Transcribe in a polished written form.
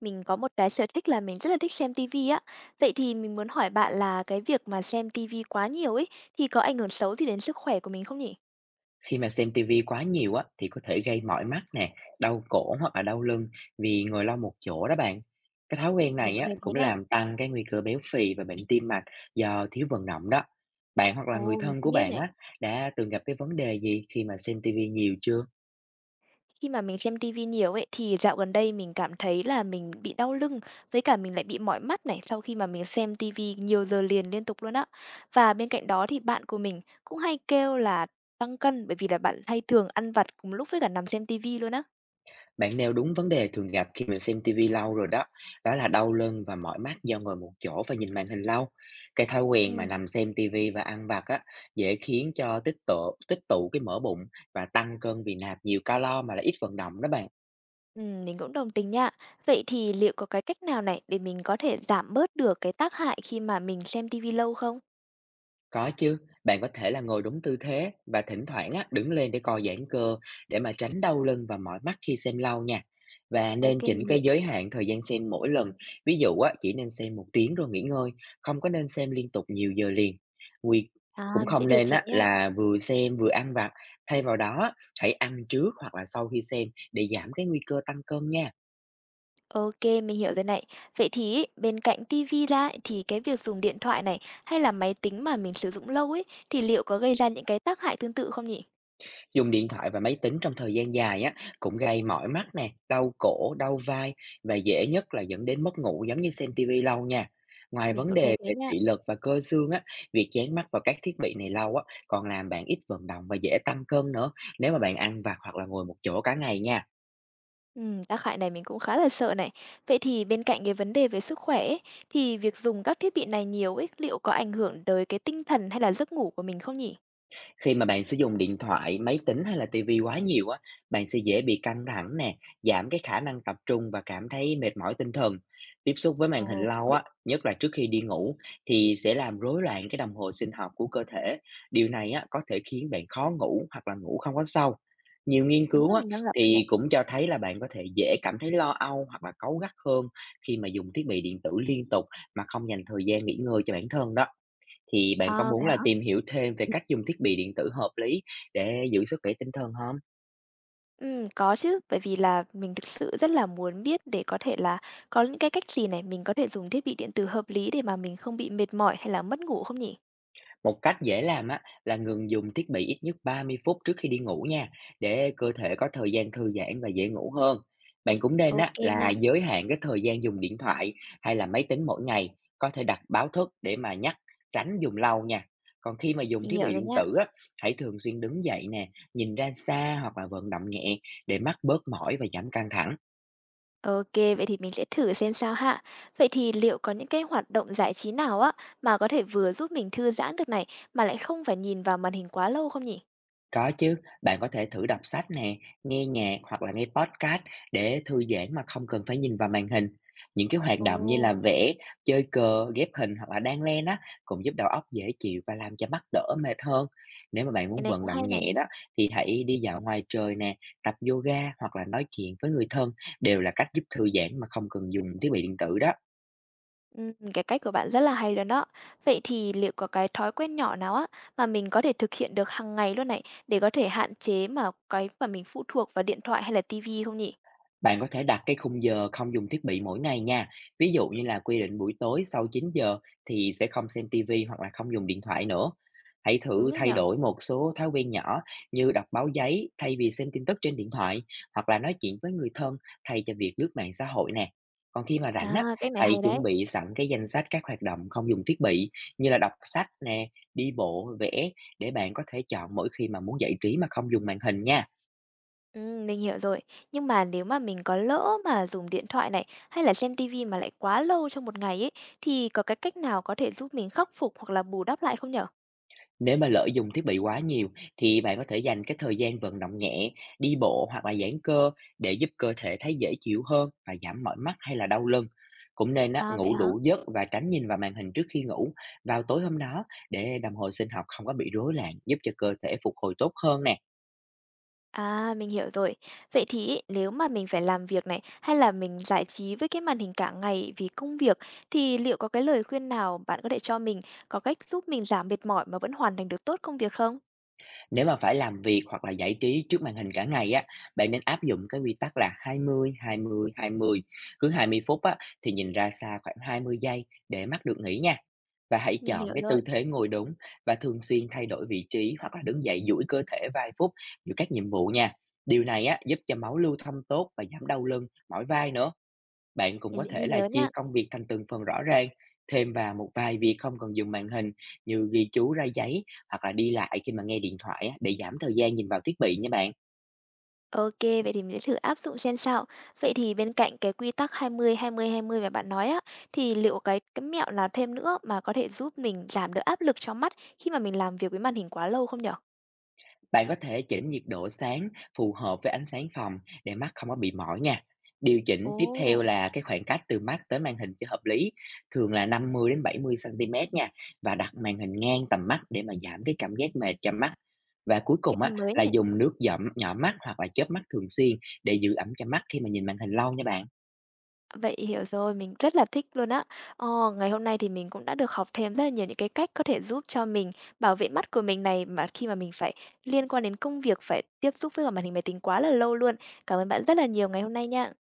Mình có một cái sở thích là mình rất là thích xem tivi á. Vậy thì mình muốn hỏi bạn là cái việc mà xem tivi quá nhiều ấy thì có ảnh hưởng xấu gì đến sức khỏe của mình không nhỉ? Khi mà xem tivi quá nhiều á, thì có thể gây mỏi mắt nè, đau cổ hoặc là đau lưng vì ngồi lâu một chỗ đó bạn. Cái thói quen Mình này cũng á, thấy thế cũng nè. làm tăng cái nguy cơ béo phì và bệnh tim mạch do thiếu vận động đó. Bạn hoặc là người Ồ, mình thân không của biết bạn này. á, đã từng gặp cái vấn đề gì khi mà xem tivi nhiều chưa? Khi mà mình xem tivi nhiều ấy thì dạo gần đây mình cảm thấy là mình bị đau lưng với cả mình lại bị mỏi mắt này sau khi mà mình xem tivi nhiều giờ liền liên tục luôn á. Và bên cạnh đó thì bạn của mình cũng hay kêu là tăng cân bởi vì là bạn hay thường ăn vặt cùng lúc với cả nằm xem tivi luôn á. Bạn nêu đúng vấn đề thường gặp khi mình xem tivi lâu rồi đó, đó là đau lưng và mỏi mắt do ngồi một chỗ và nhìn màn hình lâu. Cái thói Ừ. quen mà nằm xem tivi và ăn vặt á, dễ khiến cho tích tụ cái mỡ bụng và tăng cân vì nạp nhiều calo mà lại ít vận động đó bạn. Mình cũng đồng tình nha. Vậy thì liệu có cái cách nào này để mình có thể giảm bớt được cái tác hại khi mà mình xem tivi lâu không? Có chứ, bạn có thể là ngồi đúng tư thế và thỉnh thoảng á, đứng lên để co giãn cơ để mà tránh đau lưng và mỏi mắt khi xem lâu nha. Và nên Ok, chỉnh mình hiểu. cái giới hạn thời gian xem mỗi lần. Ví dụ á, chỉ nên xem một tiếng rồi nghỉ ngơi, không có nên xem liên tục nhiều giờ liền. Nguy À, Cũng mình sẽ không điều nên chỉnh á, nha. là vừa xem vừa ăn vặt. Thay vào đó, hãy ăn trước hoặc là sau khi xem để giảm cái nguy cơ tăng cân nha. Ok, mình hiểu rồi này. Vậy thì ấy, bên cạnh tivi ra ấy, thì cái việc dùng điện thoại này, hay là máy tính mà mình sử dụng lâu ấy, thì liệu có gây ra những cái tác hại tương tự không nhỉ? Dùng điện thoại và máy tính trong thời gian dài á, cũng gây mỏi mắt nè, đau cổ, đau vai và dễ nhất là dẫn đến mất ngủ giống như xem tivi lâu nha. Ngoài Mình vấn cũng thấy đề thế về nha. thị lực và cơ xương á, việc dán mắt vào các thiết bị này lâu á, còn làm bạn ít vận động và dễ tăng cân nữa nếu mà bạn ăn vặt hoặc là ngồi một chỗ cả ngày nha. Tác hại này mình cũng khá là sợ này. Vậy thì bên cạnh cái vấn đề về sức khỏe ấy, thì việc dùng các thiết bị này nhiều ấy, liệu có ảnh hưởng tới cái tinh thần hay là giấc ngủ của mình không nhỉ? Khi mà bạn sử dụng điện thoại, máy tính hay là ti quá nhiều á, bạn sẽ dễ bị căng thẳng nè, giảm cái khả năng tập trung và cảm thấy mệt mỏi tinh thần. Tiếp xúc với màn hình Ồ, cũng lâu thế. á, nhất là trước khi đi ngủ thì sẽ làm rối loạn cái đồng hồ sinh học của cơ thể. Điều này á, có thể khiến bạn khó ngủ hoặc là ngủ không có sâu. Nhiều nghiên Đúng cứu là á mình đang gặp đây này. thì cũng cho thấy là bạn có thể dễ cảm thấy lo âu hoặc là cáu gắt hơn khi mà dùng thiết bị điện tử liên tục mà không dành thời gian nghỉ ngơi cho bản thân đó. Thì bạn có À, vậy muốn hả? là tìm hiểu thêm về cách dùng thiết bị điện tử hợp lý để giữ sức khỏe tinh thần không? Ừ, có chứ, bởi vì là mình thực sự rất là muốn biết để có thể là có những cái cách gì này, mình có thể dùng thiết bị điện tử hợp lý để mà mình không bị mệt mỏi hay là mất ngủ không nhỉ? Một cách dễ làm á là ngừng dùng thiết bị ít nhất 30 phút trước khi đi ngủ nha, để cơ thể có thời gian thư giãn và dễ ngủ hơn. Bạn cũng nên Ok á là nha, giới hạn cái thời gian dùng điện thoại hay là máy tính mỗi ngày, có thể đặt báo thức để mà nhắc, tránh dùng lâu nha. Còn khi mà dùng mình thiết hiểu bị rồi điện nha. tử á, hãy thường xuyên đứng dậy nè, nhìn ra xa hoặc là vận động nhẹ để mắt bớt mỏi và giảm căng thẳng. Ok, vậy thì mình sẽ thử xem sao hạ. Vậy thì liệu có những cái hoạt động giải trí nào á, mà có thể vừa giúp mình thư giãn được này, mà lại không phải nhìn vào màn hình quá lâu không nhỉ? Có chứ, bạn có thể thử đọc sách nè, nghe nhạc hoặc là nghe podcast để thư giãn mà không cần phải nhìn vào màn hình. Những cái hoạt động như là Ồ, vẽ, chơi cờ, ghép hình hoặc là đan len á cũng giúp đầu óc dễ chịu và làm cho mắt đỡ mệt hơn. Nếu mà bạn cái muốn này vận cũng hay động này. nhẹ đó thì hãy đi dạo ngoài trời nè, tập yoga hoặc là nói chuyện với người thân đều là cách giúp thư giãn mà không cần dùng thiết bị điện tử đó. Cái cách của bạn rất là hay luôn đó. Vậy thì liệu có cái thói quen nhỏ nào á mà mình có thể thực hiện được hàng ngày luôn này để có thể hạn chế mà cái mà mình phụ thuộc vào điện thoại hay là tivi không nhỉ? Bạn có thể đặt cái khung giờ không dùng thiết bị mỗi ngày nha. Ví dụ như là quy định buổi tối sau 9 giờ thì sẽ không xem tivi hoặc là không dùng điện thoại nữa. Hãy Đúng thử đấy thay nhở? đổi một số thói quen nhỏ như đọc báo giấy thay vì xem tin tức trên điện thoại hoặc là nói chuyện với người thân thay cho việc lướt mạng xã hội nè. Còn khi mà rảnh á, À, cách này hay hãy đấy. chuẩn bị sẵn cái danh sách các hoạt động không dùng thiết bị như là đọc sách nè, đi bộ, vẽ để bạn có thể chọn mỗi khi mà muốn giải trí mà không dùng màn hình nha. Mình hiểu rồi. Nhưng mà nếu mà mình có lỡ mà dùng điện thoại này hay là xem tivi mà lại quá lâu trong một ngày ấy thì có cái cách nào có thể giúp mình khắc phục hoặc là bù đắp lại không nhở? Nếu mà lỡ dùng thiết bị quá nhiều thì bạn có thể dành cái thời gian vận động nhẹ, đi bộ hoặc là giãn cơ để giúp cơ thể thấy dễ chịu hơn và giảm mỏi mắt hay là đau lưng. Cũng nên á, À, vậy ngủ hả? đủ giấc và tránh nhìn vào màn hình trước khi ngủ vào tối hôm đó để đồng hồ sinh học không có bị rối loạn, giúp cho cơ thể phục hồi tốt hơn nè. À, mình hiểu rồi. Vậy thì ấy, nếu mà mình phải làm việc này hay là mình giải trí với cái màn hình cả ngày vì công việc thì liệu có cái lời khuyên nào bạn có thể cho mình có cách giúp mình giảm mệt mỏi mà vẫn hoàn thành được tốt công việc không? Nếu mà phải làm việc hoặc là giải trí trước màn hình cả ngày á, bạn nên áp dụng cái quy tắc là 20 20 20. Cứ 20 phút á thì nhìn ra xa khoảng 20 giây để mắt được nghỉ nha. Và hãy Mình hiểu chọn cái rồi, tư thế ngồi đúng và thường xuyên thay đổi vị trí hoặc là đứng dậy duỗi cơ thể vài phút giữa các nhiệm vụ nha. Điều này á, giúp cho máu lưu thông tốt và giảm đau lưng, mỏi vai nữa. Bạn cũng mình có sẽ ghi thể là nhớ chia nha. công việc thành từng phần rõ ràng, thêm vào một vài việc không cần dùng màn hình như ghi chú ra giấy hoặc là đi lại khi mà nghe điện thoại á, để giảm thời gian nhìn vào thiết bị nha bạn. Ok, vậy thì mình sẽ thử áp dụng xem sao. Vậy thì bên cạnh cái quy tắc hai 20-20-20 mà bạn nói á thì liệu cái mẹo nào thêm nữa mà có thể giúp mình giảm được áp lực trong mắt khi mà mình làm việc với màn hình quá lâu không nhở? Bạn có thể chỉnh nhiệt độ sáng phù hợp với ánh sáng phòng để mắt không có bị mỏi nha. Điều chỉnh tiếp theo Ồ, là cái khoảng cách từ mắt tới màn hình cho hợp lý, thường là 50 đến 70 cm nha và đặt màn hình ngang tầm mắt để mà giảm cái cảm giác mệt cho mắt. Và cuối cái cùng gì á mới là này. dùng nước dẫm nhỏ mắt hoặc là chớp mắt thường xuyên để giữ ẩm cho mắt khi mà nhìn màn hình lâu nha bạn. Vậy hiểu rồi, mình rất là thích luôn á. Ngày hôm nay thì mình cũng đã được học thêm rất là nhiều những cái cách có thể giúp cho mình bảo vệ mắt của mình này mà khi mà mình phải liên quan đến công việc, phải tiếp xúc với cả màn hình máy tính quá là lâu luôn. Cảm ơn bạn rất là nhiều ngày hôm nay nha.